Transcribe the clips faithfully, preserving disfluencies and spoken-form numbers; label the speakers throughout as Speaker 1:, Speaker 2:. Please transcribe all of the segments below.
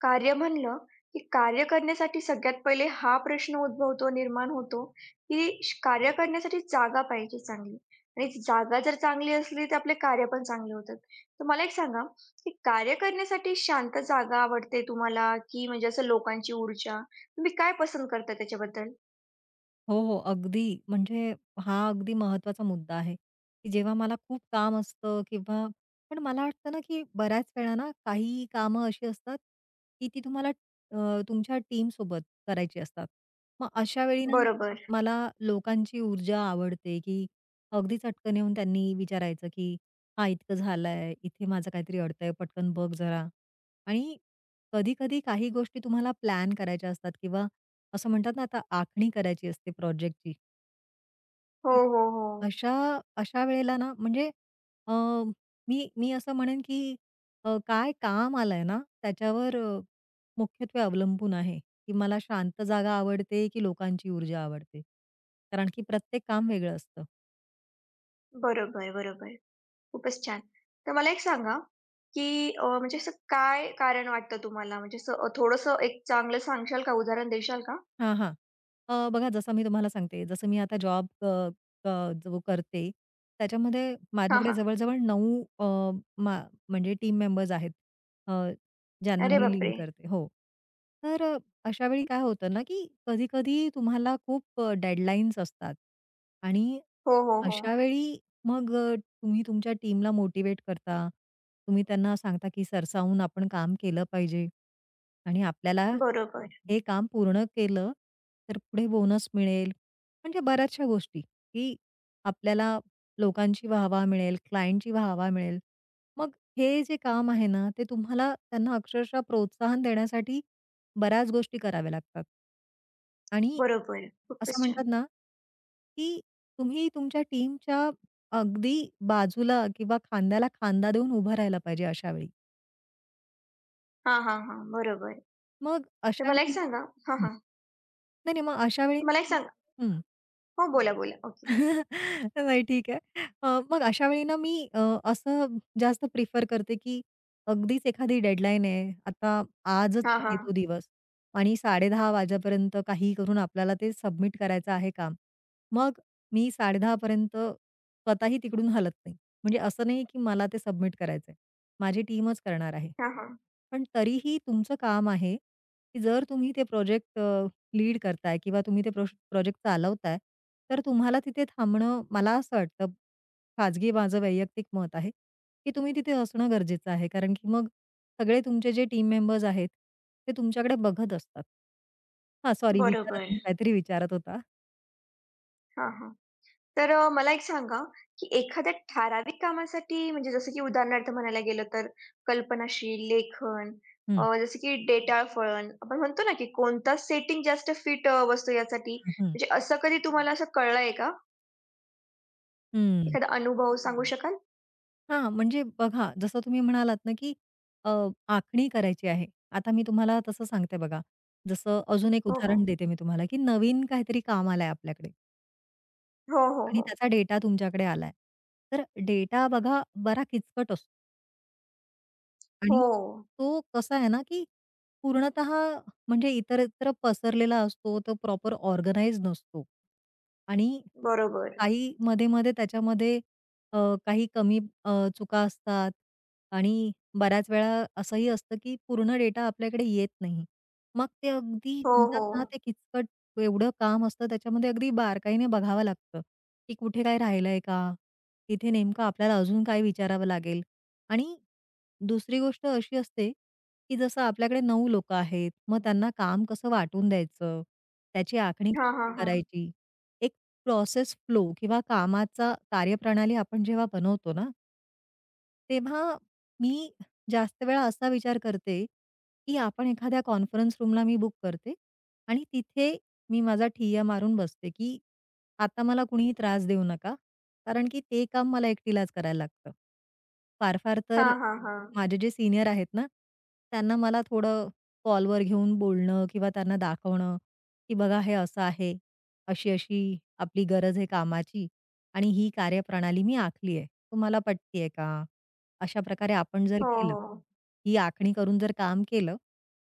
Speaker 1: कार्य म्हणलं, की कार्य करण्यासाठी सगळ्यात पहिले हा प्रश्न उद्भवतो, निर्माण होतो, की श कार्य करण्यासाठी जागा पाहिजे चांगली आणि ती जागा जर चांगली असली, तर आपले कार्य पण चांगले होतात. तर मला एक सांगा, की कार्य करण्यासाठी शांत जागा आवडते तुम्हाला, की म्हणजे असं लोकांची ऊर्जा? तुम्ही काय पसंत करता त्याच्याबद्दल?
Speaker 2: हो, हो. अगदी. म्हणजे हा अगदी महत्वाचा मुद्दा आहे, की जेव्हा मला खूप काम असतं किंवा पण मला वाटतं ना, की बऱ्याच वेळा ना काही कामं अशी असतात, की ती तुम्हाला अ, तुमच्या टीम सोबत करायची असतात. मग अशा वेळी ना,
Speaker 1: बरोबर.
Speaker 2: मला लोकांची ऊर्जा आवडते, की अगदी चटकन येऊन त्यांनी विचारायचं, की "हा इतकं झालंय, इथे माझं काहीतरी अडतंय, पटकन बघ जरा." आणि कधी-कधी काही गोष्टी तुम्हाला प्लॅन करायच्या असतात किंवा असं म्हणतात ना आता आखणी करायची असते प्रोजेक्टची.
Speaker 1: हो,
Speaker 2: हं.
Speaker 1: हो, हो.
Speaker 2: अशा अशा वेळेला ना म्हणजे अ, मी मी असं म्हणेन की अ, काय काम आलंय ना त्याच्यावर अ, मुख्यत्वे अवलंबून आहे, की मला शांत जागा आवडते की लोकांची ऊर्जा आवडते. कारण की प्रत्येक काम वेगळं असतं.
Speaker 1: बरोबर, बरोबर. खूपच छान. तर मला एक सांगा, की अ, म्हणजे असं काय कारण वाटतं तुम्हाला? म्हणजे असं अ, थोडंसं एक चांगलं सांगशाल का? उदाहरण देशाल का?
Speaker 2: हां, हां. अ, बघा जसं मी तुम्हाला सांगते, जसं मी आता जॉब अ, अ, जो करते, त्याच्यामध्ये
Speaker 1: हां,
Speaker 2: माझ्याकडे
Speaker 1: हां.
Speaker 2: जवळ-जवळ नऊ अ, मा म्हणजे टीम मेंबर्स आहेत, अ, ज्यांना
Speaker 1: अरे हो.
Speaker 2: मी लीड
Speaker 1: बापरे!
Speaker 2: करते. हो. तर अ, अशा वेळी काय होतं ना, की कधी-कधी तुम्हाला खूप अ, डेडलाईन्स असतात आणि
Speaker 1: हो, हो, हो.
Speaker 2: अशा वेळी मग अ, तुम्ही तुमच्या टीमला मोटिव्हेट करता. तुम्ही त्यांना सांगता, की सरसावून आपण काम केलं पाहिजे. आणि आपल्याला
Speaker 1: बरोबर,
Speaker 2: हे काम पूर्ण केलं, तर पुढे बोनस मिळेल. म्हणजे बऱ्याचशा गोष्टी, की आपल्याला लोकांची वाहवा मिळेल, क्लायंटची वाहवा मिळेल. मग हे जे काम आहे ना, ते तुम्हाला त्यांना अक्षरशः प्रोत्साहन देण्यासाठी बऱ्याच गोष्टी कराव्या लागतात. आणि
Speaker 1: बरोबर.
Speaker 2: असं
Speaker 1: खूपच
Speaker 2: म्हणतात
Speaker 1: छान.
Speaker 2: ना, की तुम्ही तुमच्या टीमच्या अगदी बाजूला किंवा खांद्याला खांदा देऊन उभं राहायला पाहिजे अशावेळी.
Speaker 1: हां, हां, हां. बरोबर.
Speaker 2: मग
Speaker 1: तर मला एक
Speaker 2: अशावेळी
Speaker 1: सांगा. हां, हां.
Speaker 2: नाही, नाही. मग अशा वेळी
Speaker 1: मला एक सांगा.
Speaker 2: हं.
Speaker 1: हो, बोला, बोला. ओके.
Speaker 2: नाही ठीक आहे. अ, मग अशा वेळी ना मी अ, असं जास्त प्रिफर करते, की अगदीच एखादी डेडलाईन आहे. आता आजच
Speaker 1: हां,
Speaker 2: आहे
Speaker 1: हां.
Speaker 2: तो दिवस आणि साडे दहा वाजेपर्यंत काहीही करून आपल्याला ते सबमिट करायचं आहे काम. मग मी साडे दहा पर्यंत स्वतःही तिकडून हलत नाही. म्हणजे असं नाही, की मला ते सबमिट करायचंय. माझी टीमच करणार आहे.
Speaker 1: हां, हां.
Speaker 2: पण तरीही तुमचं काम आहे, की जर तुम्ही ते प्रोजेक्ट लीड करताय किंवा तुम्ही ते प्रोश प्रोजेक्ट चालवताय, तर तुम्हाला तिथे थांबणं मला असं वाटतं, खाजगी माझं वैयक्तिक मत आहे, की तुम्ही तिथे असणं गरजेचं आहे. कारण की मग सगळे तुमचे जे टीम मेंबर्स आहेत, ते तुमच्याकडे बघत असतात. हां, सॉरी विचारा
Speaker 1: बरोबर.
Speaker 2: तुम्ही काहीतरी विचारत होता.
Speaker 1: हां, हां. तर अ, मला एक सांगा, की एखाद्या ठराविक कामासाठी म्हणजे जसं की उदाहरणार्थ म्हणायला गेलं तर कल्पनाशील लेखन,
Speaker 2: हं,
Speaker 1: अ, जसं की डेटाळफळण आपण म्हणतो ना, की कोणता सेटिंग जास्त फिट अ, बसतो यासाठी.
Speaker 2: हं, हं,
Speaker 1: म्हणजे असं कधी तुम्हाला असं कळलंय का?
Speaker 2: हं.
Speaker 1: एखादा अनुभव सांगू शकाल?
Speaker 2: हां, म्हणजे बघा जसं तुम्ही म्हणालात ना, की अ, आखणी करायची आहे. आता मी तुम्हाला तसं सांगते बघा. जसं अजून एक
Speaker 1: हो, हो.
Speaker 2: उदाहरण देते मी तुम्हाला, की नवीन काहीतरी काम आलंय आपल्याकडे.
Speaker 1: हो, हो,
Speaker 2: आणि
Speaker 1: हो.
Speaker 2: त्याचा डेटा तुमच्याकडे आलाय. तर डेटा बघा बरा किचकट असतो. आणि
Speaker 1: हो.
Speaker 2: तो कसा आहे ना, की पूर्णतः म्हणजे इतरत्र पसरलेला असतो, तो प्रॉपर ऑर्गनाइज नसतो. आणि
Speaker 1: बरोबर.
Speaker 2: काही मध्ये-मध्ये त्याच्यामध्ये अ, काही कमी अ, चुका असतात आणि बऱ्याच वेळा असंही असतं, की पूर्ण डेटा आपल्याकडे येत नाही. मग ते अगदी
Speaker 1: हो,
Speaker 2: म्हणतात ना,
Speaker 1: हो.
Speaker 2: ते किचकट एवढं काम असतं त्याच्यामध्ये अगदी बारकाईने बघावं लागतं, की कुठे काय राहिलंय का? तिथे नेमकं आपल्याला अजून काय विचारावं लागेल आणि दुसरी गोष्ट अशी असते, की जसं आपल्याकडे नऊ लोकं आहेत, मग त्यांना काम कसं वाटून द्यायचं, त्याची आखणी
Speaker 1: हां, हां,
Speaker 2: कशी
Speaker 1: हां.
Speaker 2: करायची. एक प्रोसेस फ्लो किंवा कामाचा कार्यप्रणाली आपण जेव्हा बनवतो ना तेव्हा मी जास्त वेळा असा विचार करते, की आपण एखाद्या कॉन्फरन्स रूमला मी बुक करते आणि तिथे मी माझा ठिय्या मारून बसते, की आता मला कुणीही त्रास देऊ नका. कारण की ते काम मला एकटीलाच करायला लागतं. फार-फार तर
Speaker 1: हां, हां, हां.
Speaker 2: माझे जे सीनियर आहेत ना, त्यांना मला थोडं कॉलवर घेऊन बोलणं किंवा त्यांना दाखवणं, की बघा हे असं आहे, अशी-अशी आपली गरज आहे कामाची आणि ही कार्यप्रणाली मी आखली आहे. तुम्हाला पटतीये का? अशा प्रकारे आपण जर
Speaker 1: हो,
Speaker 2: केलं,
Speaker 1: हो.
Speaker 2: ही आखणी करून जर काम केलं,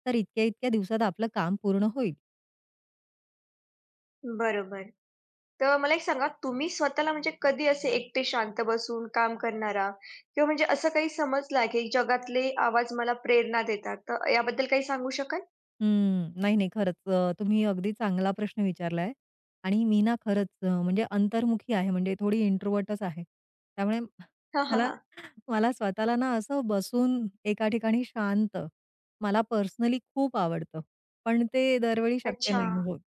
Speaker 2: तर इतक्या-इतक्या दिवसात आपलं काम पूर्ण होईल.
Speaker 1: बरोबर. तर मला एक सांगा, तुम्ही स्वतःला म्हणजे कधी असे एकटे शांत बसून काम करणारा किंवा म्हणजे असं काही समजला, की जगातले आवाज मला प्रेरणा देतात, तर याबद्दल काही सांगू शकाल?
Speaker 2: हम्म. नाही, नाही. खरंच अ, तुम्ही अगदी चांगला प्रश्न विचारलाय आणि मी ना खरंच अ, म्हणजे अंतर्मुखी आहे, म्हणजे थोडी इंट्रोव्हर्टच आहे. त्यामुळे
Speaker 1: हां, हां,
Speaker 2: मला
Speaker 1: हो.
Speaker 2: मला स्वतःला ना असं बसून एका ठिकाणी शांत मला पर्सनली खूप आवडतं. पण ते दरवेळी शक्य
Speaker 1: अच्छा.
Speaker 2: नाही होत.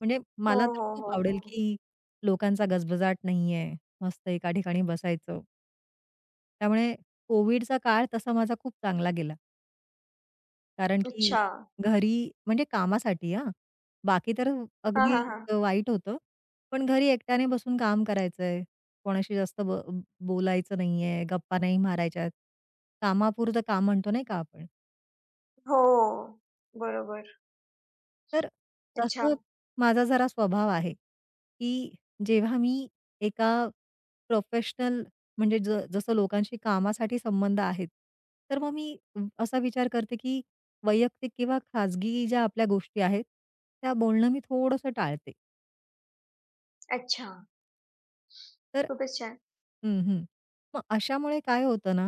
Speaker 2: म्हणजे
Speaker 1: हो,
Speaker 2: मला तर
Speaker 1: हो,
Speaker 2: खूप
Speaker 1: हो,
Speaker 2: आवडेल,
Speaker 1: हो.
Speaker 2: की लोकांचा गजबजाट नाहीये. मस्त एका ठिकाणी बसायचं. त्यामुळे कोव्हिडचा काळ तसा माझा खूप चांगला गेला. कारण की
Speaker 1: अच्छा.
Speaker 2: घरी म्हणजे कामासाठी हा, बाकी तर
Speaker 1: हां,
Speaker 2: अगदी
Speaker 1: हां, हां.
Speaker 2: वाईट होतं. पण घरी एकट्याने बसून काम करायचंय. कोणाशी जास्त ब बोलायचं नाहीये, गप्पा नाही मारायच्यात. कामापुरतं काम म्हणतो नाही का आपण?
Speaker 1: हो. बरोबर.
Speaker 2: तर
Speaker 1: अच्छा,
Speaker 2: तसं माझा जरा स्वभाव आहे, की जेव्हा मी एका प्रोफेशनल म्हणजे ज जसं लोकांशी कामासाठी संबंध आहेत, तर मग मी असा विचार करते, की वैयक्तिक किंवा खाजगी ज्या आपल्या गोष्टी आहेत, त्या बोलणं मी थोडंसं टाळते.
Speaker 1: अच्छा.
Speaker 2: तर
Speaker 1: खूपच छान.
Speaker 2: हं, हं. मग अशामुळे काय होतं ना,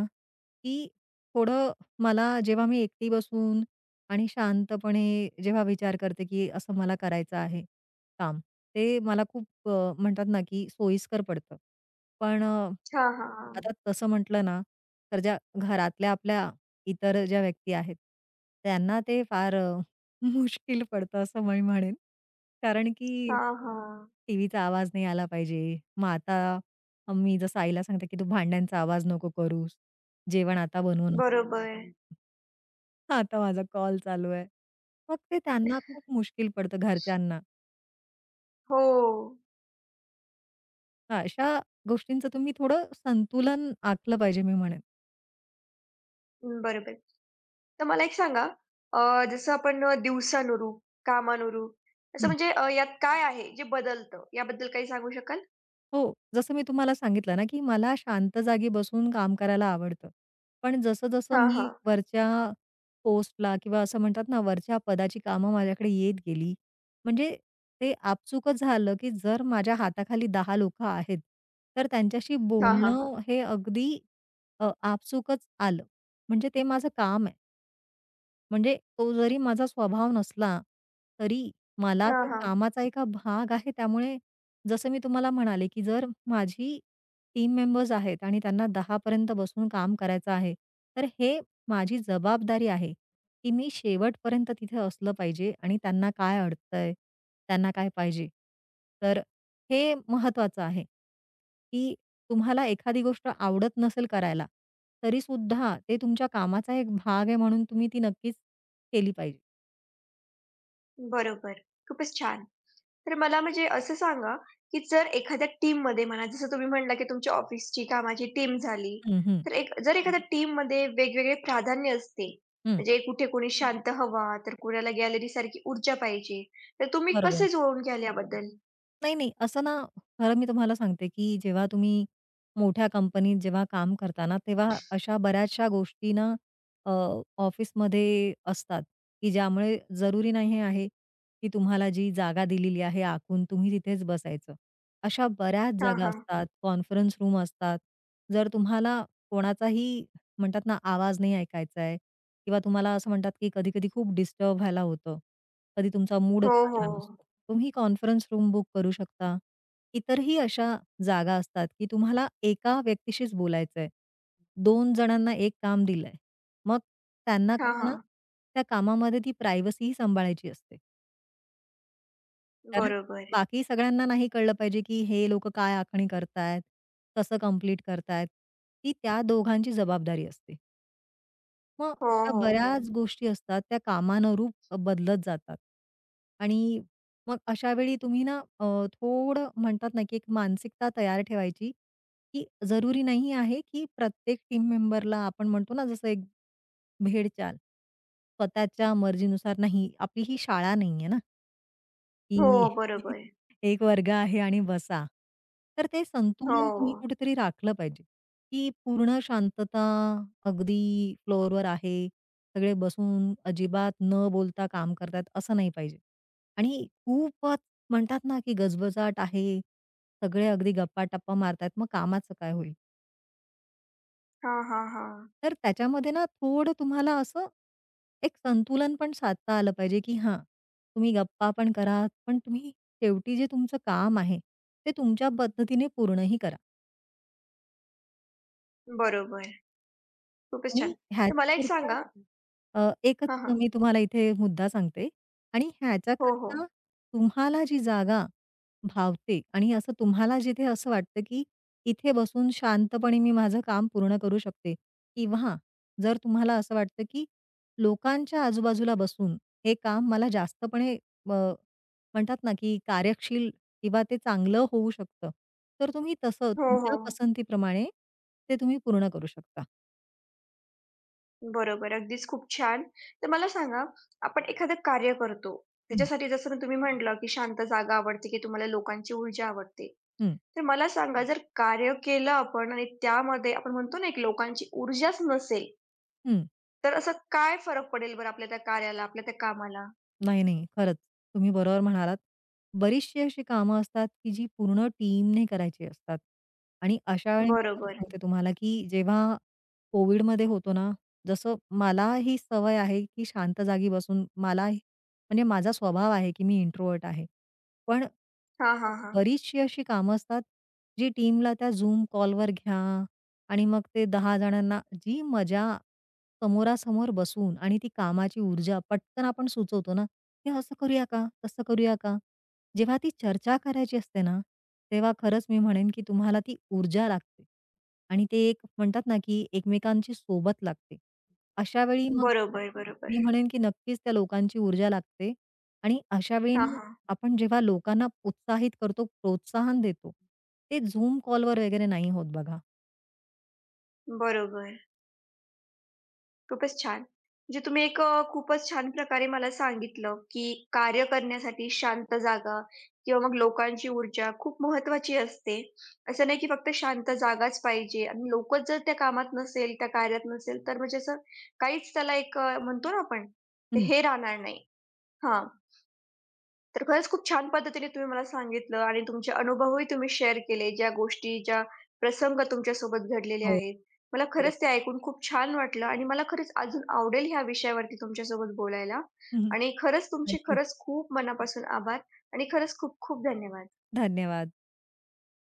Speaker 2: की थोडं मला जेव्हा मी एकटी बसून आणि शांतपणे जेव्हा विचार करते, की असं मला करायचं आहे काम, ते मला खूप अ, म्हणतात ना, की सोयीस्कर पडतं. पण अ,
Speaker 1: हां, हां, हां. हं.
Speaker 2: आता तसं म्हटलं ना, तर ज्या घरातल्या आपल्या इतर ज्या व्यक्ती आहेत, त्यांना ते फार अ, मुश्किल पडतं असं मी म्हणेन. कारण की
Speaker 1: हां,
Speaker 2: टीव्हीचा आवाज नाही आला पाहिजे. मग आता मग मी जसं आईला सांगते, की "तू भांड्यांचा आवाज नको करूस. जेवण आता बनवू नको."
Speaker 1: बरोबर.
Speaker 2: आता माझा कॉल चालू आहे. मग ते त्यांना खूप मुश्कील पडतं घरच्यांना.
Speaker 1: हो.
Speaker 2: तर अशा गोष्टींचं तुम्ही थोडं संतुलन आखलं पाहिजे मी म्हणेन.
Speaker 1: हम्म, बरोबर. तर मला एक सांगा, अ, जसं आपण अ, दिवसानुरूप, कामानुरूप असं म्हणजे अ, यात काय आहे जे बदलतं? याबद्दल काही सांगू शकाल?
Speaker 2: हो, जसं मी तुम्हाला सांगितलं ना, की मला शांत जागी बसून काम करायला आवडतं. पण जसं-जसं
Speaker 1: हां,
Speaker 2: मी
Speaker 1: हां.
Speaker 2: वरच्या पोस्टला किंवा असं म्हणतात ना, वरच्या पदाची कामं माझ्याकडे येत गेली, म्हणजे ते आपसुकच झालं, की जर माझ्या हाताखाली दहा लोकं आहेत, तर त्यांच्याशी
Speaker 1: हां, हां, हां.
Speaker 2: बोलणं हे अगदी अ, आपसुकच आलं. म्हणजे ते माझं काम आहे. म्हणजे तो जरी माझा स्वभाव नसला, तरी मला
Speaker 1: हां,
Speaker 2: ते
Speaker 1: हां.
Speaker 2: कामाचा एका भाग आहे. त्यामुळे जसं मी तुम्हाला म्हणाले, की जर माझी टीम मेंबर्स आहेत आणि त्यांना दहा पर्यंत बसून काम करायचं आहे, तर हे माझी जबाबदारी आहे, की मी शेवटपर्यंत तिथे असलं पाहिजे आणि त्यांना काय अडतंय, त्यांना काय पाहिजे. तर हे महत्वाचं आहे, की तुम्हाला एखादी गोष्ट आवडत नसेल करायला, तरी सुद्धा ते तुमच्या कामाचा एक भाग आहे म्हणून तुम्ही ती नक्कीच केली पाहिजे.
Speaker 1: बरोबर. खूपच छान. तर मला म्हणजे असं सांगा, की जर एखाद्या टीममध्ये म्हणा, जसं तुम्ही म्हणला, की तुमच्या ऑफिसची कामाची टीम झाली,
Speaker 2: हं, हं,
Speaker 1: तर एक जर हं. एखाद्या टीममध्ये वेगवेगळे प्राधान्य असते,
Speaker 2: हं.
Speaker 1: म्हणजे कुठे कोणी शांत हवा, तर कोणाला गॅलरीसारखी ऊर्जा पाहिजे, तर तुम्ही
Speaker 2: बरोबर.
Speaker 1: कसे जुळवून घ्याल याबद्दल?
Speaker 2: नाही, नाही. असं ना, खरं मी तुम्हाला सांगते, की जेव्हा तुम्ही मोठ्या कंपनीत जेव्हा काम करता ना, तेव्हा अशा बऱ्याचशा गोष्टी ना अ, ऑफिसमध्ये असतात, की ज्यामुळे जरुरी नाही आहे, की तुम्हाला जी जागा दिलेली आहे आखून तुम्ही तिथेच बसायचं. अशा बऱ्याच
Speaker 1: हां,
Speaker 2: जागा
Speaker 1: हां.
Speaker 2: असतात, कॉन्फरन्स रूम असतात. जर तुम्हाला कोणाचाही म्हणतात ना आवाज नाही ऐकायचा आहे किंवा तुम्हाला असं म्हणतात, की कधी-कधी खूप डिस्टर्ब व्हायला होतं. कधी तुमचा
Speaker 1: हो,
Speaker 2: मूडच
Speaker 1: हो.
Speaker 2: चांगला नसतो. तुम्ही कॉन्फरन्स रूम बुक करू शकता. इतरही अशा जागा असतात, की तुम्हाला एका व्यक्तीशीच बोलायचंय. दोन जणांना एक काम दिलंय. मग त्यांना
Speaker 1: हां,
Speaker 2: कसं ना,
Speaker 1: हां.
Speaker 2: त्या कामामध्ये ती प्रायव्हसीही सांभाळायची असते. कारण
Speaker 1: बरोबर.
Speaker 2: बाकी सगळ्यांना नाही कळलं पाहिजे, की हे लोकं काय आखणी करतायत, कसं कंप्लीट करतायत. ती त्या दोघांची जबाबदारी असते. मग
Speaker 1: हो,
Speaker 2: अशा
Speaker 1: हो, हो.
Speaker 2: बऱ्याच गोष्टी असतात त्या कामानं रूप बदलत जातात. आणि मग अशा वेळी तुम्ही ना अ, थोडं म्हणतात ना, की एक मानसिकता तयार ठेवायची, की जरुरी नाही आहे, की प्रत्येक टीम मेंबरला आपण म्हणतो ना, जसं एक भेडचाल. स्वतःच्या मर्जीनुसार नाही, आपली ही शाळा नाहीये ना.
Speaker 1: हो,
Speaker 2: की
Speaker 1: बरोबर.
Speaker 2: एक वर्ग आहे आणि बसा. तर ते संतुलन
Speaker 1: हो.
Speaker 2: तुम्ही कुठेतरी राखलं पाहिजे, की पूर्ण शांतता अगदी फ्लोअरवर आहे. सगळे बसून अजिबात न बोलता काम करतायत असं नाही पाहिजे. आणि खूपच म्हणतात ना, की गजबजाट आहे. सगळे अगदी गप्पा-टप्पा मारतायत. मग कामाचं काय होईल?
Speaker 1: हां, हां, हां.
Speaker 2: तर त्याच्यामध्ये ना थोडं तुम्हाला असं एक संतुलन पण साधता आलं पाहिजे, की हां, तुम्ही गप्पा पण करा, पण तुम्ही शेवटी जे तुमचं काम आहे, ते तुमच्या पद्धतीने पूर्णही करा.
Speaker 1: बरोबर. खूपच छान.
Speaker 2: आणि
Speaker 1: तर मला एक
Speaker 2: ह्याच्याकरता
Speaker 1: सांगा.
Speaker 2: अ, एकच
Speaker 1: हां,
Speaker 2: मी
Speaker 1: हां.
Speaker 2: तुम्हाला इथे मुद्दा सांगते आणि
Speaker 1: हो, हो.
Speaker 2: ह्याच्याकरता तुम्हाला जी जागा भावते आणि असं तुम्हाला जिथे असं वाटतं, की इथे बसून शांतपणे मी माझं काम पूर्ण करू शकते किंवा जर तुम्हाला असं वाटतं, की लोकांच्या आजूबाजूला बसून हे काम मला जास्तपणे अ, म्हणतात ना, की कार्यशील किंवा ते चांगलं होऊ शकतं. तर तुम्ही तसं
Speaker 1: हो,
Speaker 2: तुमच्या
Speaker 1: हो.
Speaker 2: पसंतीप्रमाणे ते तुम्ही पूर्ण करू शकता.
Speaker 1: बरोबर. अगदीच खूप छान. तर मला सांगा, आपण एखादं कार्य करतो.
Speaker 2: हं,
Speaker 1: त्याच्यासाठी जसं तुम्ही म्हटलं, की शांत जागा आवडते, की तुम्हाला लोकांची ऊर्जा आवडते.
Speaker 2: हं.
Speaker 1: तर मला सांगा जर कार्य केलं आपण आणि त्यामध्ये आपण म्हणतो ना, एक लोकांची ऊर्जाच नसेल,
Speaker 2: हं.
Speaker 1: तर असं काय फरक पडेल बरं आपल्या त्या कार्याला, आपल्या त्या कामाला?
Speaker 2: नाही, नाही. खरंच तुम्ही बरोबर म्हणालात. बरीचशी अशी कामं असतात, की जी पूर्ण टीमने करायची असतात. आणि अशा वेळी मी खरं
Speaker 1: बरोबर.
Speaker 2: सांगते तुम्हाला, की जेव्हा कोविडमध्ये होतो ना, जसं मला ही सवय आहे, की शांत जागी बसून मला म्हणजे माझा स्वभाव आहे, की मी इंट्रोव्हर्ट आहे. पण
Speaker 1: हां, हां, हां.
Speaker 2: बरीचशी अशी कामं असतात, जी टीमला त्या Zoom कॉलवर घ्या आणि मग ते दहा जणांना जी मजा समोरासमोर बसून आणि ती कामाची ऊर्जा पटकन आपण सुचवतो ना, "हे असं करूया का? तसं करूया का?" जेव्हा ती चर्चा करायची असते ना, तेव्हा खरंच मी म्हणेन की तुम्हाला ती ऊर्जा लागते आणि ते एक म्हणतात ना, की एकमेकांची सोबत लागते. अशावेळी मग
Speaker 1: बरोबर, बरोबर.
Speaker 2: मी म्हणेन की नक्कीच त्या लोकांची ऊर्जा लागते आणि
Speaker 1: हां,
Speaker 2: अशावेळी
Speaker 1: हां.
Speaker 2: आपण जेव्हा लोकांना उत्साहित करतो, प्रोत्साहन देतो, ते Zoom कॉलवर वगैरे नाही होत बघा.
Speaker 1: बरोबर. खूपच छान. म्हणजे तुम्ही एक अ, खूपच छान प्रकारे मला सांगितलं, की कार्य करण्यासाठी शांत जागा किंवा मग लोकांची ऊर्जा खूप महत्त्वाची असते. असं नाही की फक्त शांत जागाच पाहिजे आणि लोकच जर त्या कामात नसेल, त्या कार्यात नसेल, तर म्हणजे असं काहीच त्याला एक अ, म्हणतो ना आपण, ते
Speaker 2: हं,
Speaker 1: हे राहणार नाही. हां. तर खरंच खूप छान पद्धतीने तुम्ही मला सांगितलं आणि तुमचे अनुभवही तुम्ही शेअर केले. ज्या गोष्टी, ज्या प्रसंग तुमच्यासोबत घडलेले
Speaker 2: हो.
Speaker 1: आहेत. मला हो. खरंच ते ऐकून खूप छान वाटलं आणि मला खरंच अजून आवडेल ह्या विषयावरती तुमच्यासोबत बोलायला
Speaker 2: हं, हं.
Speaker 1: आणि खरंच तुमचे
Speaker 2: नक्कीच.
Speaker 1: खरंच खूप मनापासून आभार आणि खरंच खूप खूप धन्यवाद.
Speaker 2: धन्यवाद.